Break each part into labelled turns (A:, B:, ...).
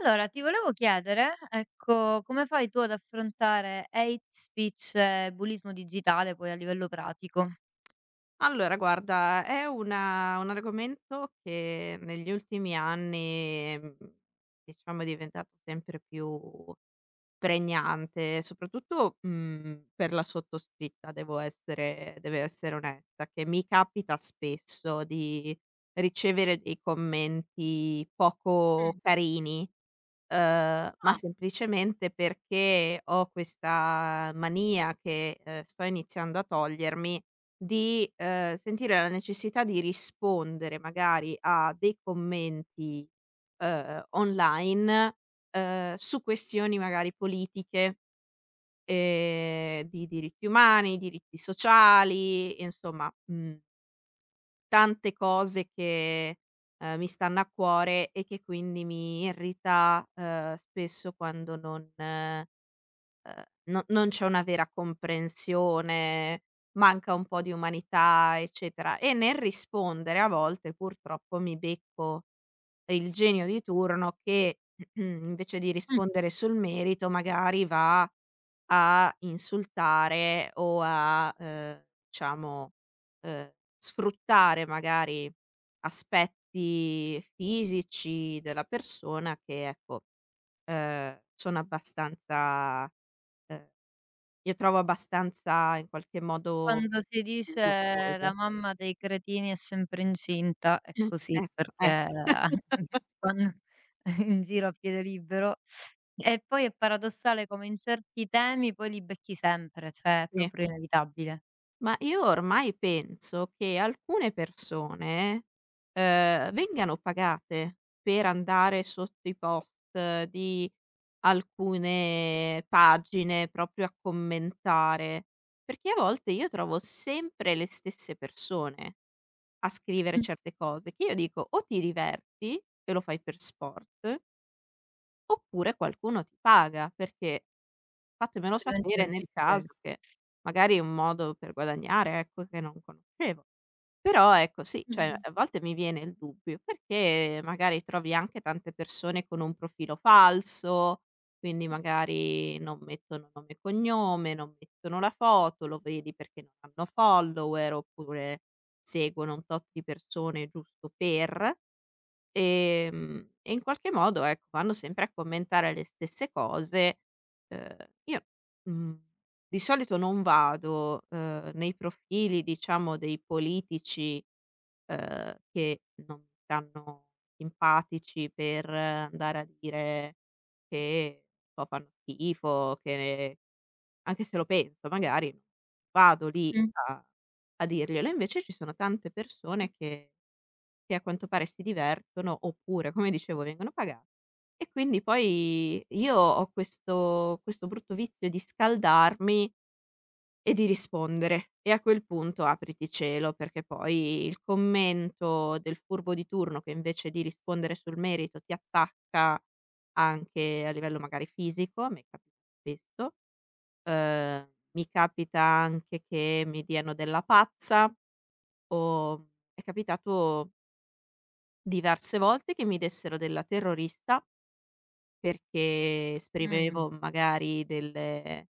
A: Allora, ti volevo chiedere, ecco, come fai tu ad affrontare hate speech e bullismo digitale poi a livello pratico?
B: Allora guarda, è una un argomento che negli ultimi anni, diciamo è diventato sempre più pregnante, soprattutto, per la sottoscritta devo essere deve essere onesta, che mi capita spesso di ricevere dei commenti poco
A: Mh.
B: carini, ma
A: Ah,
B: semplicemente perché ho questa mania che, sto iniziando a togliermi, di, sentire la necessità di rispondere magari a dei commenti, online, su questioni magari politiche, di diritti umani, diritti sociali, insomma, mhmm tante cose che, mi stanno a cuore e che quindi mi irrita, spesso quando non c'è una vera comprensione, manca un po' di umanità, eccetera. E nel rispondere a volte purtroppo mi becco il genio di turno che invece di
A: mh.
B: rispondere sul merito magari va a insultare o a, diciamo, ehm, sfruttare magari aspetti fisici della persona che ecco, sono abbastanza ehm, io trovo abbastanza in qualche modo
A: Quando si dice: "La
B: disgustoso.
A: mamma dei cretini è sempre incinta", è così
B: Ecco, eh.
A: perché vanno in giro a piede libero. E poi è paradossale come in certi temi poi li becchi sempre, cioè è
B: Sì.
A: proprio inevitabile.
B: Ma io ormai penso che alcune persone, vengano pagate per andare sotto i post di alcune pagine proprio a commentare, perché a volte io trovo sempre le stesse persone a scrivere
A: Mh.
B: certe cose che io dico: o ti diverti e lo fai per sport. Oppure qualcuno ti paga, perché fatemelo
A: Altrimenti
B: sapere
A: non si
B: nel
A: spiega.
B: caso che magari è un modo per guadagnare, ecco, che non conoscevo. Però ecco sì, cioè
A: Mh-mh.
B: a volte mi viene il dubbio, perché magari trovi anche tante persone con un profilo falso, quindi magari non mettono nome e cognome, non mettono la foto, lo vedi perché non hanno follower, oppure seguono un tot di persone giusto per. E in qualche modo, ecco, vanno sempre a commentare le stesse cose. Uhm, io, mhmm, di solito non vado, nei profili diciamo dei politici, che non mi stanno simpatici per andare a dire che so fanno schifo, che anche se lo penso magari, vado lì
A: Mh.
B: a a dirglielo. Invece ci sono tante persone che a quanto pare si divertono, oppure come dicevo vengono paga e quindi poi io ho questo brutto vizio di scaldarmi e di rispondere e a quel punto apriti cielo, perché poi il commento del furbo di turno che invece di rispondere sul merito ti attacca anche a livello magari fisico, a me capita spesso, mi capita anche che mi diano della pazza o è capitato diverse volte che mi dessero della terrorista perché
A: Mh.
B: esprimevo magari delle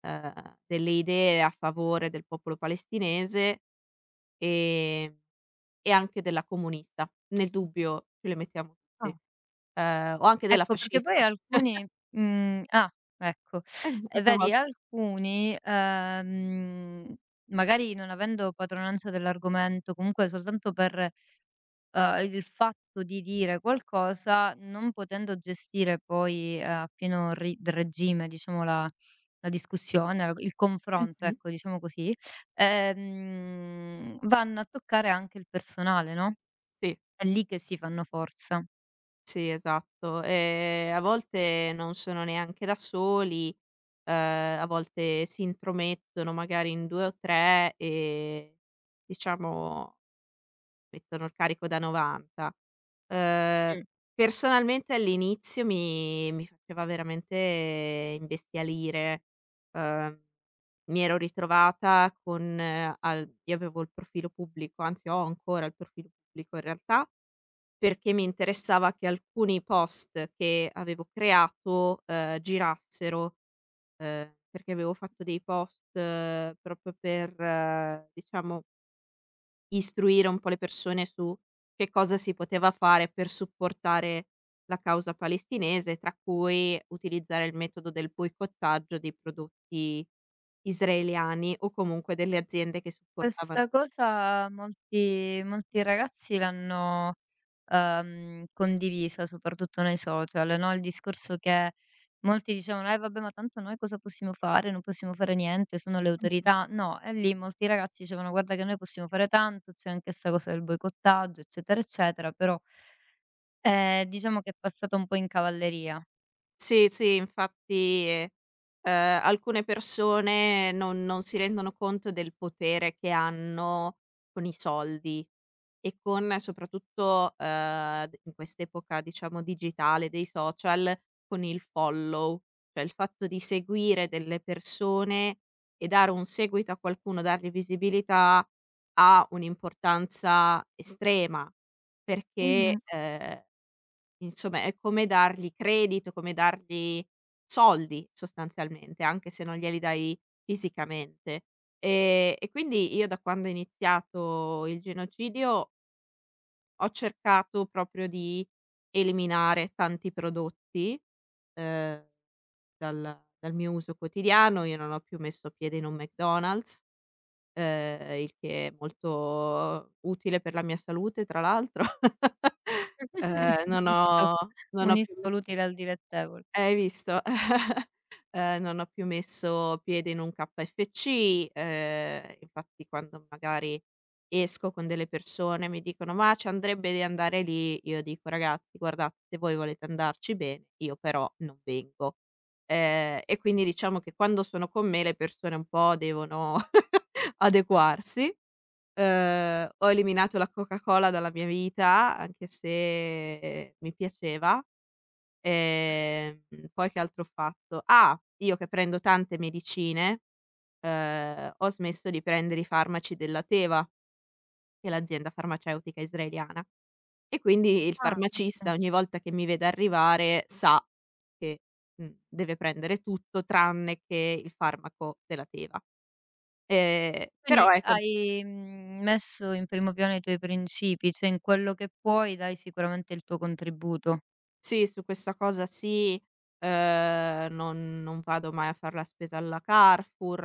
B: ehm, delle idee a favore del popolo palestinese, ehm, e anche della comunista. Nel dubbio ce le mettiamo tutti.
A: Ah.
B: O anche della
A: Ecco, perché poi
B: fascista.
A: alcuni mhmm, ah, ecco.
B: Eh,
A: E
B: una vol
A: vedi alcuni, magari non avendo padronanza dell'argomento, comunque soltanto per, il fatto di dire qualcosa, non potendo gestire poi, a pieno ri regime, diciamo, la discussione, il confronto,
B: mh-mh,
A: ecco, diciamo così, vanno a toccare anche il personale, no,
B: sì.
A: è lì che si fanno forza.
B: Sì, esatto. A volte non sono neanche da soli, a volte si intromettono magari in 2 o 3 e diciamo mettono il carico da 90. Uhm,
A: Mh.
B: personalmente all'inizio mi faceva veramente imbestialire. Uhm, Mi ero ritrovata con al io avevo il profilo pubblico, anzi ho ancora il profilo pubblico in realtà perché mi interessava che alcuni post che avevo creato, girassero, perché avevo fatto dei post proprio per, diciamo, istruire un po' le persone su che cosa si poteva fare per supportare la causa palestinese, tra cui utilizzare il metodo del boicottaggio dei prodotti israeliani o comunque delle aziende che
A: Questa
B: supportavano.
A: cosa molti ragazzi l'hanno, condivisa soprattutto nei social, no, il discorso che molti dicevano: "Eh vabbè, ma tanto noi cosa possiamo fare? Non possiamo fare niente, sono le autorità". No, e lì molti ragazzi dicevano: "Guarda che noi possiamo fare tanto, c'è anche 'sta cosa del boicottaggio, eccetera, eccetera", però, diciamo che è passata un po' in cavalleria.
B: Sì, sì, infatti, alcune persone non si rendono conto del potere che hanno con i soldi e con soprattutto, d in quest'epoca diciamo digitale dei social, con il follow, cioè il fatto di seguire delle persone e dare un seguito a qualcuno, dargli visibilità ha un'importanza estrema perché,
A: Mh-mh.
B: insomma è come dargli credito, come dargli soldi sostanzialmente, anche se non glieli dai fisicamente. E quindi io da quando è iniziato il genocidio ho cercato proprio di eliminare tanti prodotti, ehm, dal mio uso quotidiano. Io non ho più messo piede in un McDonald's, il che è molto utile per la mia salute tra l'altro. Ehm, non
A: Dici tu,
B: ho non ho più
A: unisco l'utile al dilettevole.
B: hai visto? Non ho più messo piede in un KFC, infatti quando magari esco con delle persone mi dicono: "Ma ci andrebbe di andare lì", io dico: "Ragazzi guardate se voi volete andarci bene, io però non vengo". E quindi diciamo che quando sono con me le persone un po' devono adeguarsi. Ho eliminato la Coca-Cola dalla mia vita, anche se mi piaceva. Ehm, Poi che altro ho fatto? Ah, io che prendo tante medicine, ho smesso di prendere i farmaci della Teva, che è l'azienda farmaceutica israeliana, e quindi il
A: Ah, oka
B: farmacista ogni volta che mi vede arrivare sa che, deve prendere tutto tranne che il farmaco della Teva. Però
A: Quindi
B: ecco.
A: hai, messo in primo piano i tuoi principi, cioè in quello che puoi dai sicuramente il tuo contributo.
B: Sì, su questa cosa sì, non vado mai a far la spesa alla Carrefour,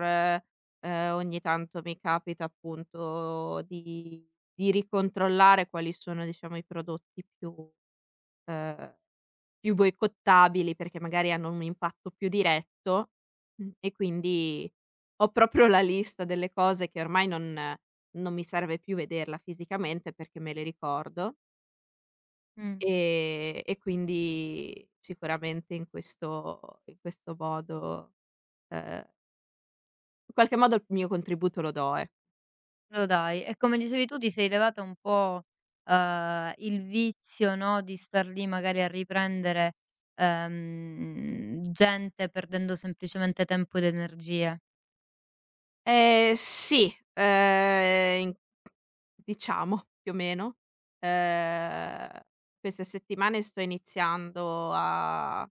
B: ogni tanto mi capita appunto di ricontrollare quali sono diciamo i prodotti ehm, più boicottabili perché magari hanno un impatto più diretto, e quindi ho proprio la lista delle cose che ormai non mi serve più vederla fisicamente perché me le ricordo.
A: Mh,
B: E quindi sicuramente in questo modo, ehm, in qualche modo il mio contributo lo do, ecco.
A: lo dai. E come dicevi tu ti sei levata un po', il vizio, no, di star lì magari a riprendere, gente perdendo semplicemente tempo ed energie.
B: Sì, in diciamo più o meno. Ehm, Queste settimane sto iniziando a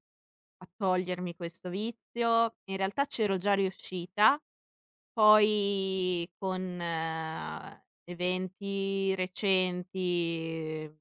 B: a togliermi questo vizio. In realtà c'ero già riuscita, poi con eventi recenti.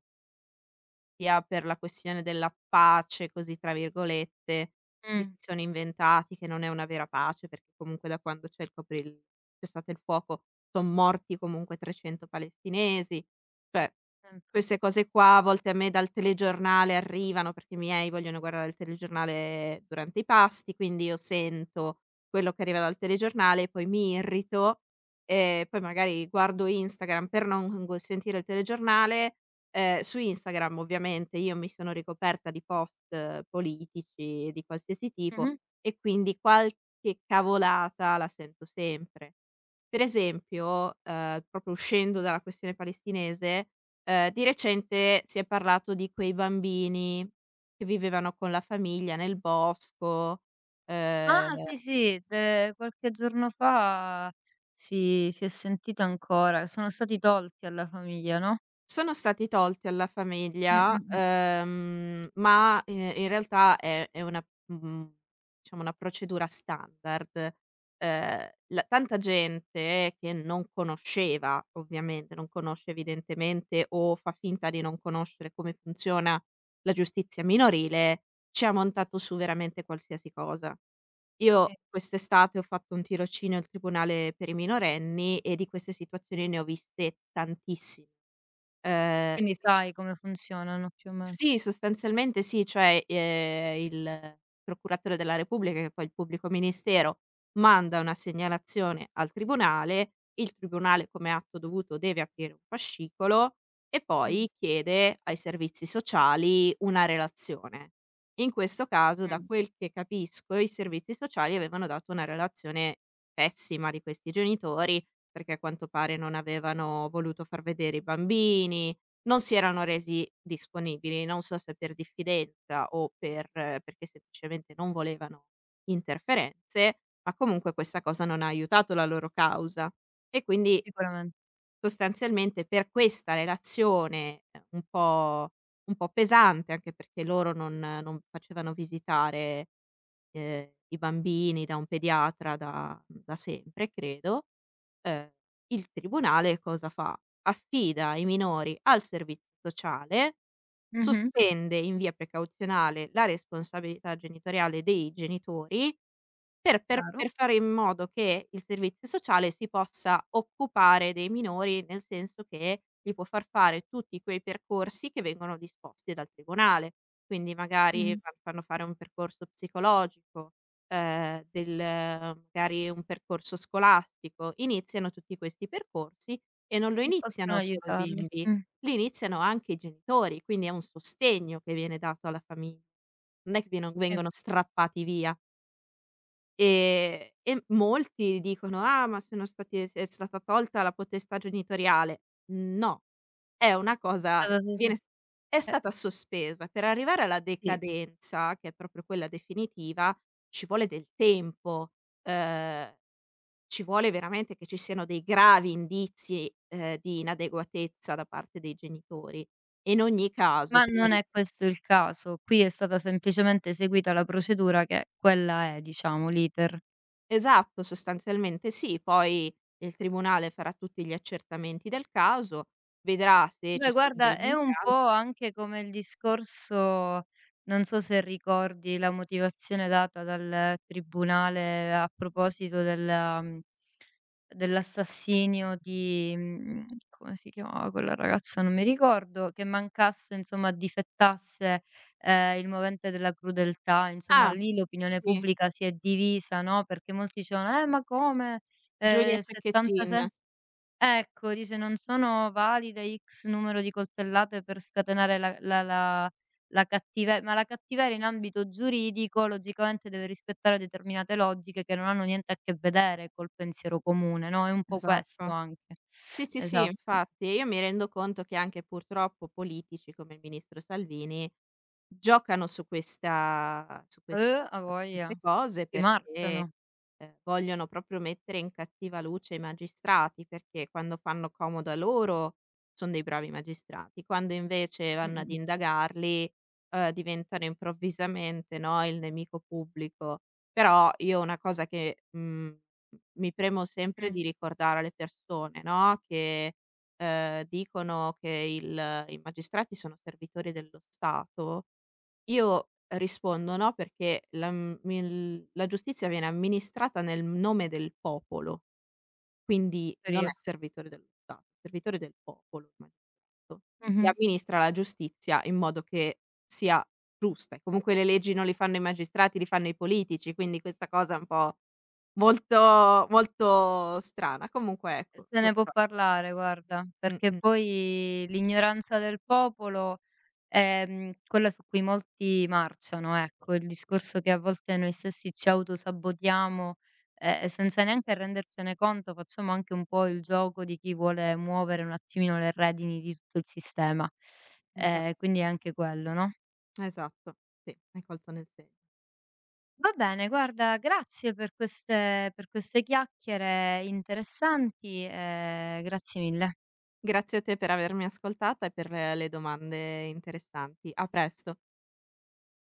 B: Sia per la questione della "pace", così tra virgolette, che
A: Mh,
B: si sono inventati, che non è una vera pace, perché comunque da quando c'è stato il fuoco, son morti comunque 300 palestinesi. Cioè,
A: infa
B: queste cose qua a volte a me dal telegiornale arrivano, perché i miei vogliono guardare il telegiornale durante i pasti, quindi io sento quello che arriva dal telegiornale, poi mi irrito, e poi magari guardo Instagram per non gu sentire il telegiornale. Su Instagram ovviamente io mi sono ricoperta di post politici di qualsiasi tipo
A: mh-mh.
B: e quindi qualche cavolata la sento sempre. Per esempio, proprio uscendo dalla questione palestinese, di recente si è parlato di quei bambini che vivevano con la famiglia nel bosco.
A: Ah
B: ehm
A: sì, sì, de qualche giorno fa si è sentito ancora, sono stati tolti alla famiglia, no?
B: Sono stati tolti alla
A: Mh, mh,
B: famiglia,
A: mh.
B: ma, in realtà è diciamo una procedura standard. La tanta gente che non conosceva ovviamente, non conosce evidentemente o fa finta di non conoscere come funziona la giustizia minorile, ci ha montato su veramente qualsiasi cosa.
A: Sì,
B: Io quest'estate ho fatto un tirocinio al tribunale per i minorenni e di queste situazioni ne ho viste tantissime.
A: quindi
B: Dic
A: sai come funzionano più o meno.
B: sì, sostanzialmente sì, cioè, il procuratore della Repubblica, che poi è il pubblico ministero, manda una segnalazione al tribunale, il tribunale come atto dovuto deve aprire un fascicolo e
A: Mh-mh.
B: poi chiede ai servizi sociali una relazione. In questo caso, da
A: Mh.
B: quel che capisco, i servizi sociali avevano dato una relazione pessima di questi genitori, perché a quanto pare non avevano voluto far vedere i bambini, non si erano resi disponibili, non so se per diffidenza o perché semplicemente non volevano interferenze, ma comunque questa cosa non ha aiutato la loro causa. E quindi
A: Sicuramen
B: sostanzialmente per questa relazione, un po' pesante, anche perché loro non facevano visitare i bambini da un pediatra da sempre credo, ehm, il tribunale cosa fa? Affida i minori al servizio sociale,
A: Mh-mh.
B: sospende in via precauzionale la responsabilità genitoriale dei genitori per per
A: Chiaro.
B: per fare in modo che il servizio sociale si possa occupare dei minori, nel senso che gli può far fare tutti quei percorsi che vengono disposti dal tribunale. Quindi magari
A: Mh-mh.
B: fa fanno fare un percorso psicologico, del magari un percorso scolastico. Iniziano tutti questi percorsi e non lo
A: Che possono
B: iniziano solo i
A: aiutarli.
B: bimbi,
A: Mh.
B: li iniziano anche i genitori, quindi è un sostegno che viene dato alla famiglia. Non è che vieno
A: Sì,
B: vengono strappati via. E molti dicono: "Ah, ma sono stati è stata tolta la potestà genitoriale". No. È una cosa
A: Stata
B: viene s è
A: eh,
B: stata sospesa. Per arrivare alla
A: sì,
B: decadenza, che è proprio quella definitiva, ci vuole del tempo, ehm, ci vuole veramente che ci siano dei gravi indizi, di inadeguatezza da parte dei genitori. E in ogni caso
A: ma
B: prima
A: non
B: di
A: è questo il caso. Qui è stata semplicemente eseguita la procedura che quella è, diciamo, l'iter.
B: esatto, sostanzialmente sì, poi il tribunale farà tutti gli accertamenti del caso, vedrà se
A: Beh,
B: ci sono
A: guarda,
B: delle
A: è un po'
B: mancanze.
A: anche come il discorso non so se ricordi la motivazione data dal tribunale a proposito della dell'assassinio di come si chiamava quella ragazza, non mi ricordo, che mancasse insomma difettasse, il movente della crudeltà. Insomma
B: Ah,
A: lì l'opinione
B: sì,
A: pubblica si è divisa, no, perché molti dicevano: ma come,
B: Giulia Cecchettin,
A: 76". Ecco, dice: "Non sono valide X numero di coltellate per scatenare la cattive", ma la cattiveria in ambito giuridico logicamente deve rispettare determinate logiche che non hanno niente a che vedere col pensiero comune, no, è un po' questo
B: esatto.
A: anche.
B: Sì, sì, sì,
A: Esatto.
B: infatti. E io mi rendo conto che anche purtroppo politici come il ministro Salvini giocano su questa
A: A voglia,
B: queste cose
A: si
B: perché,
A: marciano.
B: vogliono proprio mettere in cattiva luce i magistrati, perché quando fanno comodo a loro son dei bravi magistrati, quando invece vanno ad
A: Mh-mh,
B: indagarli, diventano improvvisamente, no, il nemico pubblico. Però io una cosa che, mhmm m mi premo sempre
A: mh,
B: di ricordare alle persone, no, che, dicono che il i magistrati sono servitori dello Stato, io rispondo: "No, perché la giustizia viene amministrata nel nome del popolo, quindi non è
A: teoria.
B: servitore dello Stato, è servitore del popolo il magistrato, che
A: Mh-mh.
B: amministra la giustizia in modo che sia giusta e comunque le leggi non le fanno i magistrati, li fanno i politici, quindi questa cosa è un po' Molto molto strana. Comunque ecco,
A: Se ne può
B: purtro
A: parlare guarda, perché
B: mh-mh,
A: poi l'ignoranza del popolo, ehm, quella su cui molti marciano, ecco, il discorso che a volte noi stessi ci autosabotiamo, senza neanche rendercene conto, facciamo anche un po' il gioco di chi vuole muovere un attimino le redini di tutto il sistema.
B: eh già,
A: Quindi è anche quello, no?
B: esatto, sì, hai colto nel segno.
A: Va bene, guarda, grazie per queste chiacchiere interessanti, grazie mille.
B: Grazie a te per avermi ascoltata e per le domande interessanti. A presto.